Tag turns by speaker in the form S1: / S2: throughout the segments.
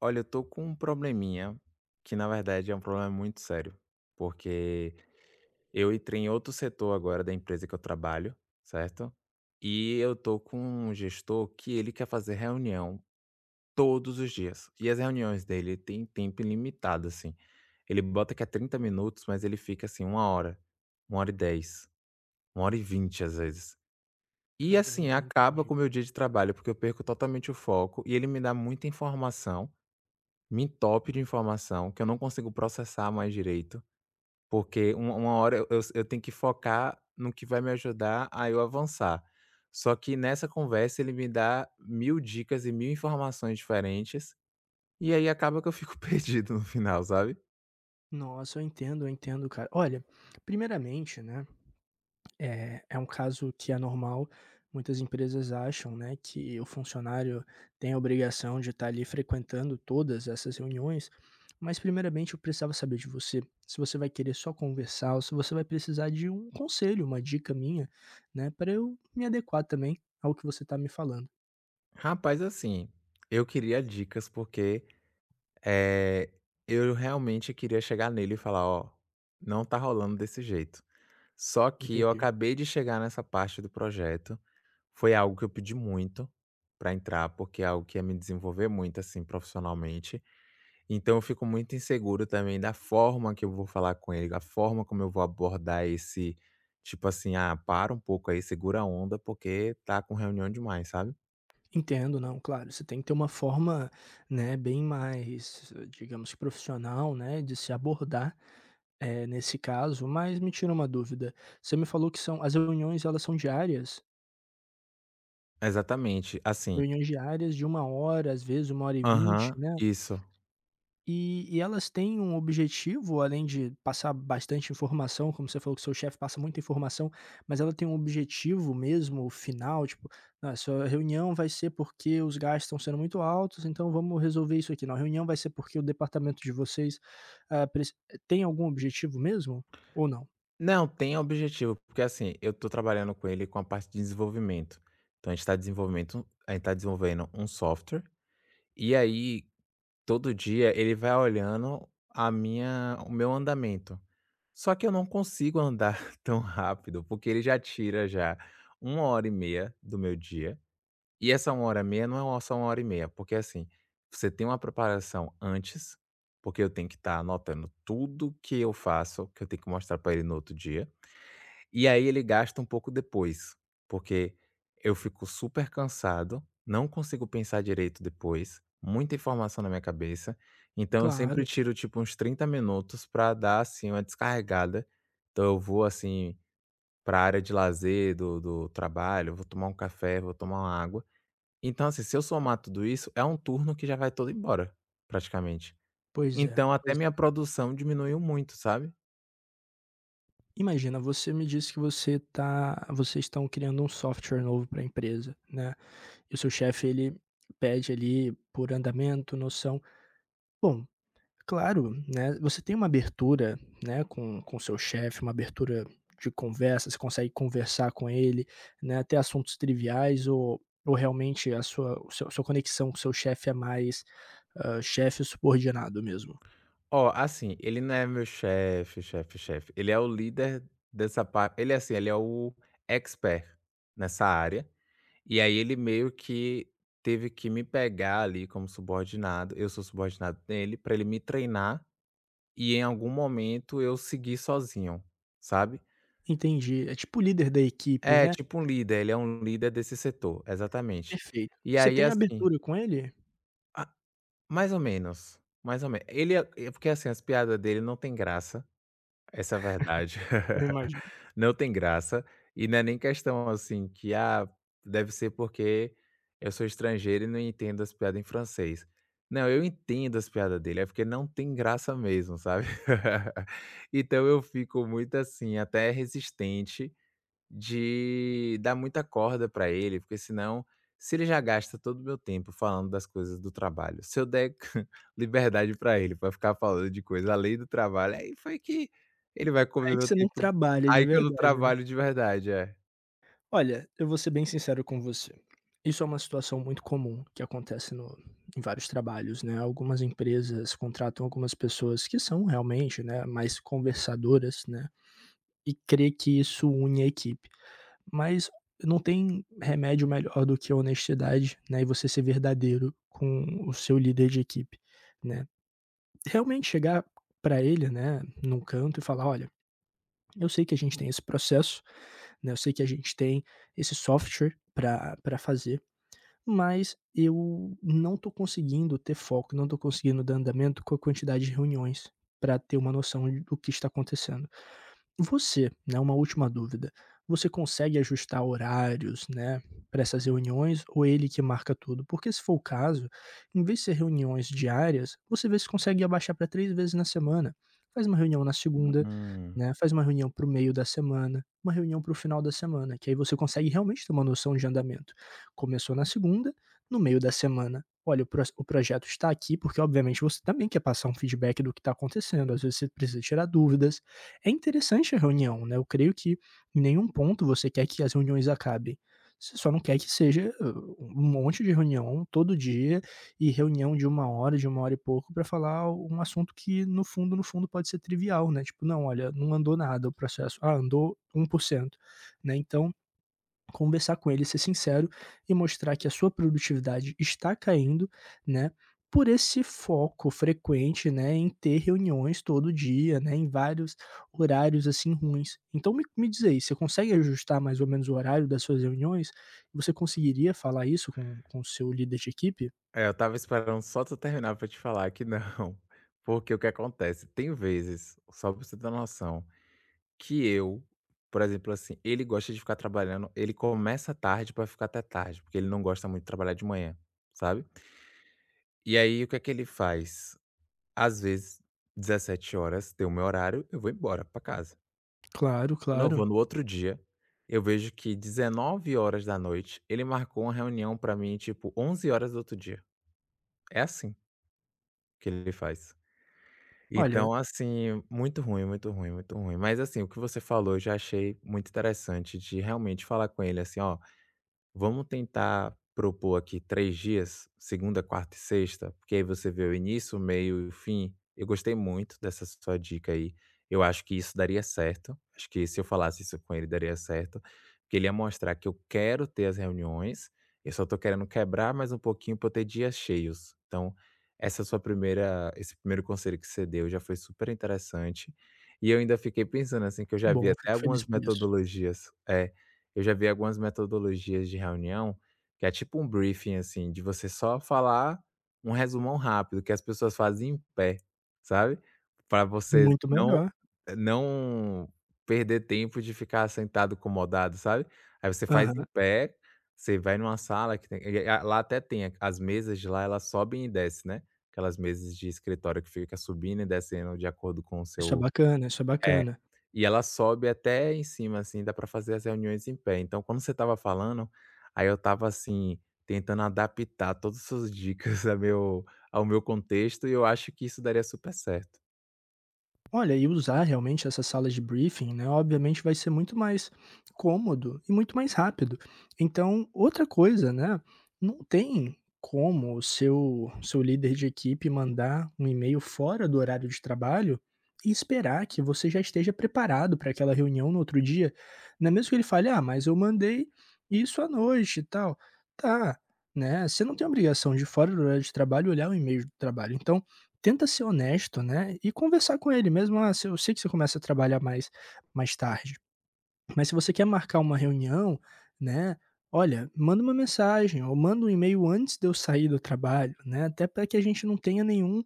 S1: Olha, eu tô com um probleminha, que na verdade é um problema muito sério, porque eu entrei em outro setor agora da empresa que eu trabalho, certo? E eu tô com um gestor que ele quer fazer reunião todos os dias. E as reuniões dele têm tempo ilimitado, assim. Ele bota que é 30 minutos, mas ele fica assim, 1 hora, 1 hora e 10, 1 hora e 20 às vezes. E assim,
S2: Caramba,
S1: acaba
S2: entendi.
S1: com o meu dia de trabalho, porque eu perco totalmente o foco e ele me dá muita informação, me top de informação que eu não consigo processar mais direito, porque uma hora eu tenho que focar no que vai me ajudar a eu avançar. Só que nessa conversa ele me dá 1000 dicas e 1000 informações diferentes, e aí acaba que eu fico perdido no final, sabe.
S2: Nossa, eu entendo, cara. Olha, primeiramente, né, é um caso que é normal. Muitas empresas acham, né, que o funcionário tem a obrigação de estar ali frequentando todas essas reuniões. Mas, primeiramente, eu precisava saber de você, se você vai querer só conversar ou se você vai precisar de um conselho, uma dica minha, né, para eu me adequar também ao que você está me falando.
S1: Rapaz, assim, eu queria dicas porque, eh, eu realmente queria chegar nele e falar: "Ó, não tá rolando desse jeito". Só que eu
S2: Entendi.
S1: acabei de chegar nessa parte do projeto. Foi algo que eu pedi muito pra entrar, porque é algo que ia me desenvolver muito, assim, profissionalmente. Então eu fico muito inseguro também da forma que eu vou falar com ele, da forma como eu vou abordar esse tipo assim: "Ah, para um pouco aí, segura a onda, porque tá com reunião demais", sabe?
S2: Entendo, não, claro, você tem que ter uma forma, né, bem mais, digamos, profissional, né, de se abordar, nesse caso, mas me tira uma dúvida, você me falou que são as reuniões elas são diárias?
S1: Exatamente, assim.
S2: Reuniões diárias de uma hora, às vezes uma hora e 20,
S1: Aham,
S2: né?
S1: isso.
S2: E elas têm um objetivo, além de passar bastante informação, como você falou que seu chefe passa muita informação, mas ela tem um objetivo mesmo final, tipo: "Não, essa reunião vai ser porque os gastos estão sendo muito altos, então vamos resolver isso aqui. Não, a reunião vai ser porque o departamento de vocês, ah, preci" tem algum objetivo mesmo ou não?
S1: Não, tem objetivo, porque assim, eu tô trabalhando com ele com a parte de desenvolvimento. Então a gente tá desenvolvendo um software, e aí todo dia ele vai olhando a minha o meu andamento. Só que eu não consigo andar tão rápido, porque ele já tira já 1 hora e meia do meu dia, e essa 1 hora e meia não é uma só 1 hora e meia, porque, assim, você tem uma preparação antes, porque eu tenho que estar anotando tudo que eu faço, que eu tenho que mostrar para ele no outro dia. E aí ele gasta um pouco depois, porque eu fico super cansado, não consigo pensar direito depois, muita informação na minha cabeça, então eu sempre
S2: Claro,
S1: tiro tipo uns 30 minutos para dar assim uma descarregada. Então eu vou assim para a área de lazer do trabalho, vou tomar um café, vou tomar uma água. Então assim, se eu somar tudo isso, é um turno que já vai todo embora, praticamente.
S2: pois é,
S1: Então até
S2: pois
S1: minha
S2: é.
S1: produção diminuiu muito, sabe?
S2: Imagina, você me disse que você tá vocês estão criando um software novo para a empresa, né? E o seu chefe ele pede ali por andamento, noção. Bom, claro, né, você tem uma abertura, né, com o seu chefe, uma abertura de conversa, você consegue conversar com ele, né, até assuntos triviais ou realmente a sua o seu sua conexão com o seu chefe é mais, chefe subordinado mesmo?
S1: Ó, assim, ele não é meu chefe, chefe, chefe. Ele é o líder dessa parte. Ele é assim, ele é o expert nessa área. E aí ele meio que teve que me pegar ali como subordinado. Eu sou subordinado dele para ele me treinar e em algum momento eu seguir sozinho, sabe?
S2: Entendi, é tipo o líder da equipe,
S1: É
S2: né?
S1: tipo um líder. Ele é um líder desse setor, exatamente.
S2: Perfeito.
S1: E
S2: Você
S1: aí
S2: tem
S1: assim,
S2: abertura com ele?
S1: ah, mais ou menos, mais ou menos. Ele é porque assim as piadas dele não tem graça. Essa é a verdade.
S2: Eu imagino.
S1: Não tem graça, e não é nem questão assim que, ah, deve ser porque eu sou estrangeiro e não entendo as piadas em francês. Não, eu entendo as piadas dele, é porque não tem graça mesmo, sabe. Então eu fico muito assim, até resistente de dar muita corda pra ele, porque senão, se ele já gasta todo o meu tempo falando das coisas do trabalho, se eu der liberdade pra ele, pra ficar falando de coisa além do trabalho, aí foi que ele vai comer
S2: Aí que
S1: meu
S2: você não
S1: tempo,
S2: trabalha de
S1: aí que eu não
S2: verdade, né?
S1: trabalho de verdade, é.
S2: Olha, eu vou ser bem sincero com você. Isso é uma situação muito comum que acontece no em vários trabalhos, né. Algumas empresas contratam algumas pessoas que são realmente, né, mais conversadoras, né, e crê que isso une a equipe. Mas não tem remédio melhor do que a honestidade, né, e você ser verdadeiro com o seu líder de equipe, né. Realmente chegar para ele, né, num canto e falar: "Olha, eu sei que a gente tem esse processo, né, eu sei que a gente tem esse software para fazer, mas eu não estou conseguindo ter foco, não estou conseguindo dar andamento com a quantidade de reuniões, para ter uma noção do que está acontecendo. Você, né, uma última dúvida, você consegue ajustar horários, né, para essas reuniões ou é ele que marca tudo? Porque se for o caso, em vez de ser reuniões diárias, você vê se consegue abaixar para 3 vezes na semana. Faz uma reunião na segunda,
S1: Hum.
S2: né, faz uma reunião para o meio da semana, uma reunião para o final da semana, que aí você consegue realmente ter uma noção de andamento. Começou na segunda, no meio da semana, olha, o projeto está aqui, porque obviamente você também quer passar um feedback do que está acontecendo, às vezes você precisa tirar dúvidas, é interessante a reunião, né? Eu creio que em nenhum ponto você quer que as reuniões acabem. Você só não quer que seja um monte de reunião todo dia e reunião de uma hora e pouco, para falar um assunto que, no fundo, no fundo, pode ser trivial, né? Tipo, não, olha, não andou nada o processo. Ah, andou 1%, né? Então, conversar com ele, ser sincero e mostrar que a sua produtividade está caindo, né, por esse foco frequente, né, em ter reuniões todo dia, né, em vários horários, assim, ruins. Então me diz aí, você consegue ajustar mais ou menos o horário das suas reuniões? Você conseguiria falar isso com o seu líder de equipe?
S1: É, eu tava esperando só tu terminar pra te falar que não, porque o que acontece, tem vezes, só pra você ter noção. Que eu, por exemplo, assim, ele gosta de ficar trabalhando, ele começa tarde pra ficar até tarde, porque ele não gosta muito de trabalhar de manhã, sabe. E aí o que é que ele faz? Às vezes 17 horas, deu o meu horário, eu vou embora pra casa.
S2: Claro,
S1: Quando eu vou
S2: claro.
S1: no outro dia, eu vejo que 19 horas da noite ele marcou uma reunião pra mim, tipo, 11 horas do outro dia. É assim que ele faz.
S2: Olha,
S1: Então, assim, muito ruim, muito ruim, muito ruim. Mas, assim, o que você falou eu já achei muito interessante de realmente falar com ele assim: "Ó, vamos tentar propor aqui 3 dias, segunda, quarta e sexta, porque aí você vê o início, o meio e o fim". Eu gostei muito dessa sua dica aí. Eu acho que isso daria certo. Acho que se eu falasse isso com ele, daria certo, porque ele ia mostrar que eu quero ter as reuniões, eu só tô querendo quebrar mais um pouquinho para eu ter dias cheios. Então, essa sua primeira esse primeiro conselho que você deu já foi super interessante. E eu ainda fiquei pensando, assim, que eu
S2: que
S1: já vi
S2: bom,
S1: até
S2: fico feliz
S1: algumas
S2: por isso.
S1: metodologias é, eu já vi algumas metodologias de reunião, que é tipo um briefing, assim, de você só falar um resumão rápido, que as pessoas fazem em pé, sabe, para você
S2: Muito melhor.
S1: não perder tempo de ficar sentado acomodado, sabe. Aí você faz em
S2: Aham.
S1: pé, você vai numa sala que tem e a lá até tem as mesas de lá, elas sobem e descem, né, aquelas mesas de escritório que fica subindo e descendo de acordo com o
S2: Isso é
S1: seu.
S2: bacana, isso é
S1: É.
S2: bacana.
S1: E ela sobe até em cima, assim, dá para fazer as reuniões em pé. Então, quando você estava falando, aí eu estava, assim, tentando adaptar todas as suas dicas a meu ao meu contexto e eu acho que isso daria super certo.
S2: Olha, e usar realmente essas salas de briefing, né, obviamente vai ser muito mais cômodo e muito mais rápido. Então, outra coisa, né, não tem como o seu líder de equipe mandar um e-mail fora do horário de trabalho e esperar que você já esteja preparado para aquela reunião no outro dia. Não é mesmo que ele fale: "Ah, mas eu mandei isso à noite e tal". Tá, né, você não tem obrigação de fora do horário de trabalho olhar o e-mail do trabalho. Então, tenta ser honesto, né, e conversar com ele mesmo: "Ah, se eu sei que você começa a trabalhar mais tarde, mas se você quer marcar uma reunião, né, olha, manda uma mensagem ou manda um e-mail antes de eu sair do trabalho, né, até para que a gente não tenha nenhum,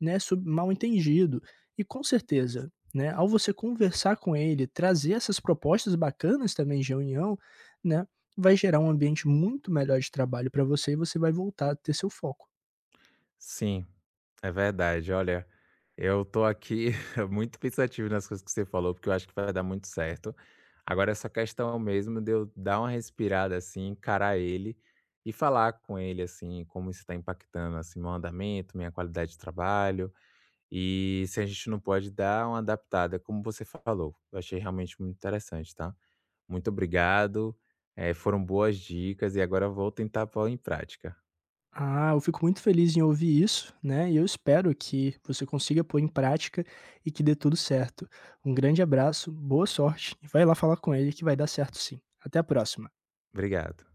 S2: né, sub mal-entendido". E com certeza, né, ao você conversar com ele, trazer essas propostas bacanas também de reunião, né, vai gerar um ambiente muito melhor de trabalho para você e você vai voltar a ter seu foco.
S1: Sim, é verdade. Olha, eu tô aqui muito pensativo nas coisas que você falou, porque eu acho que vai dar muito certo. Agora, essa questão mesmo de eu dar uma respirada, assim, encarar ele e falar com ele, assim, como isso está impactando, assim, meu andamento, minha qualidade de trabalho, e se a gente não pode dar uma adaptada, como você falou. Eu achei realmente muito interessante, tá? Muito obrigado. Foram boas dicas e agora eu vou tentar pôr em prática.
S2: Ah, eu fico muito feliz em ouvir isso, né? E eu espero que você consiga pôr em prática e que dê tudo certo. Um grande abraço, boa sorte e vai lá falar com ele que vai dar certo sim. Até a próxima.
S1: Obrigado.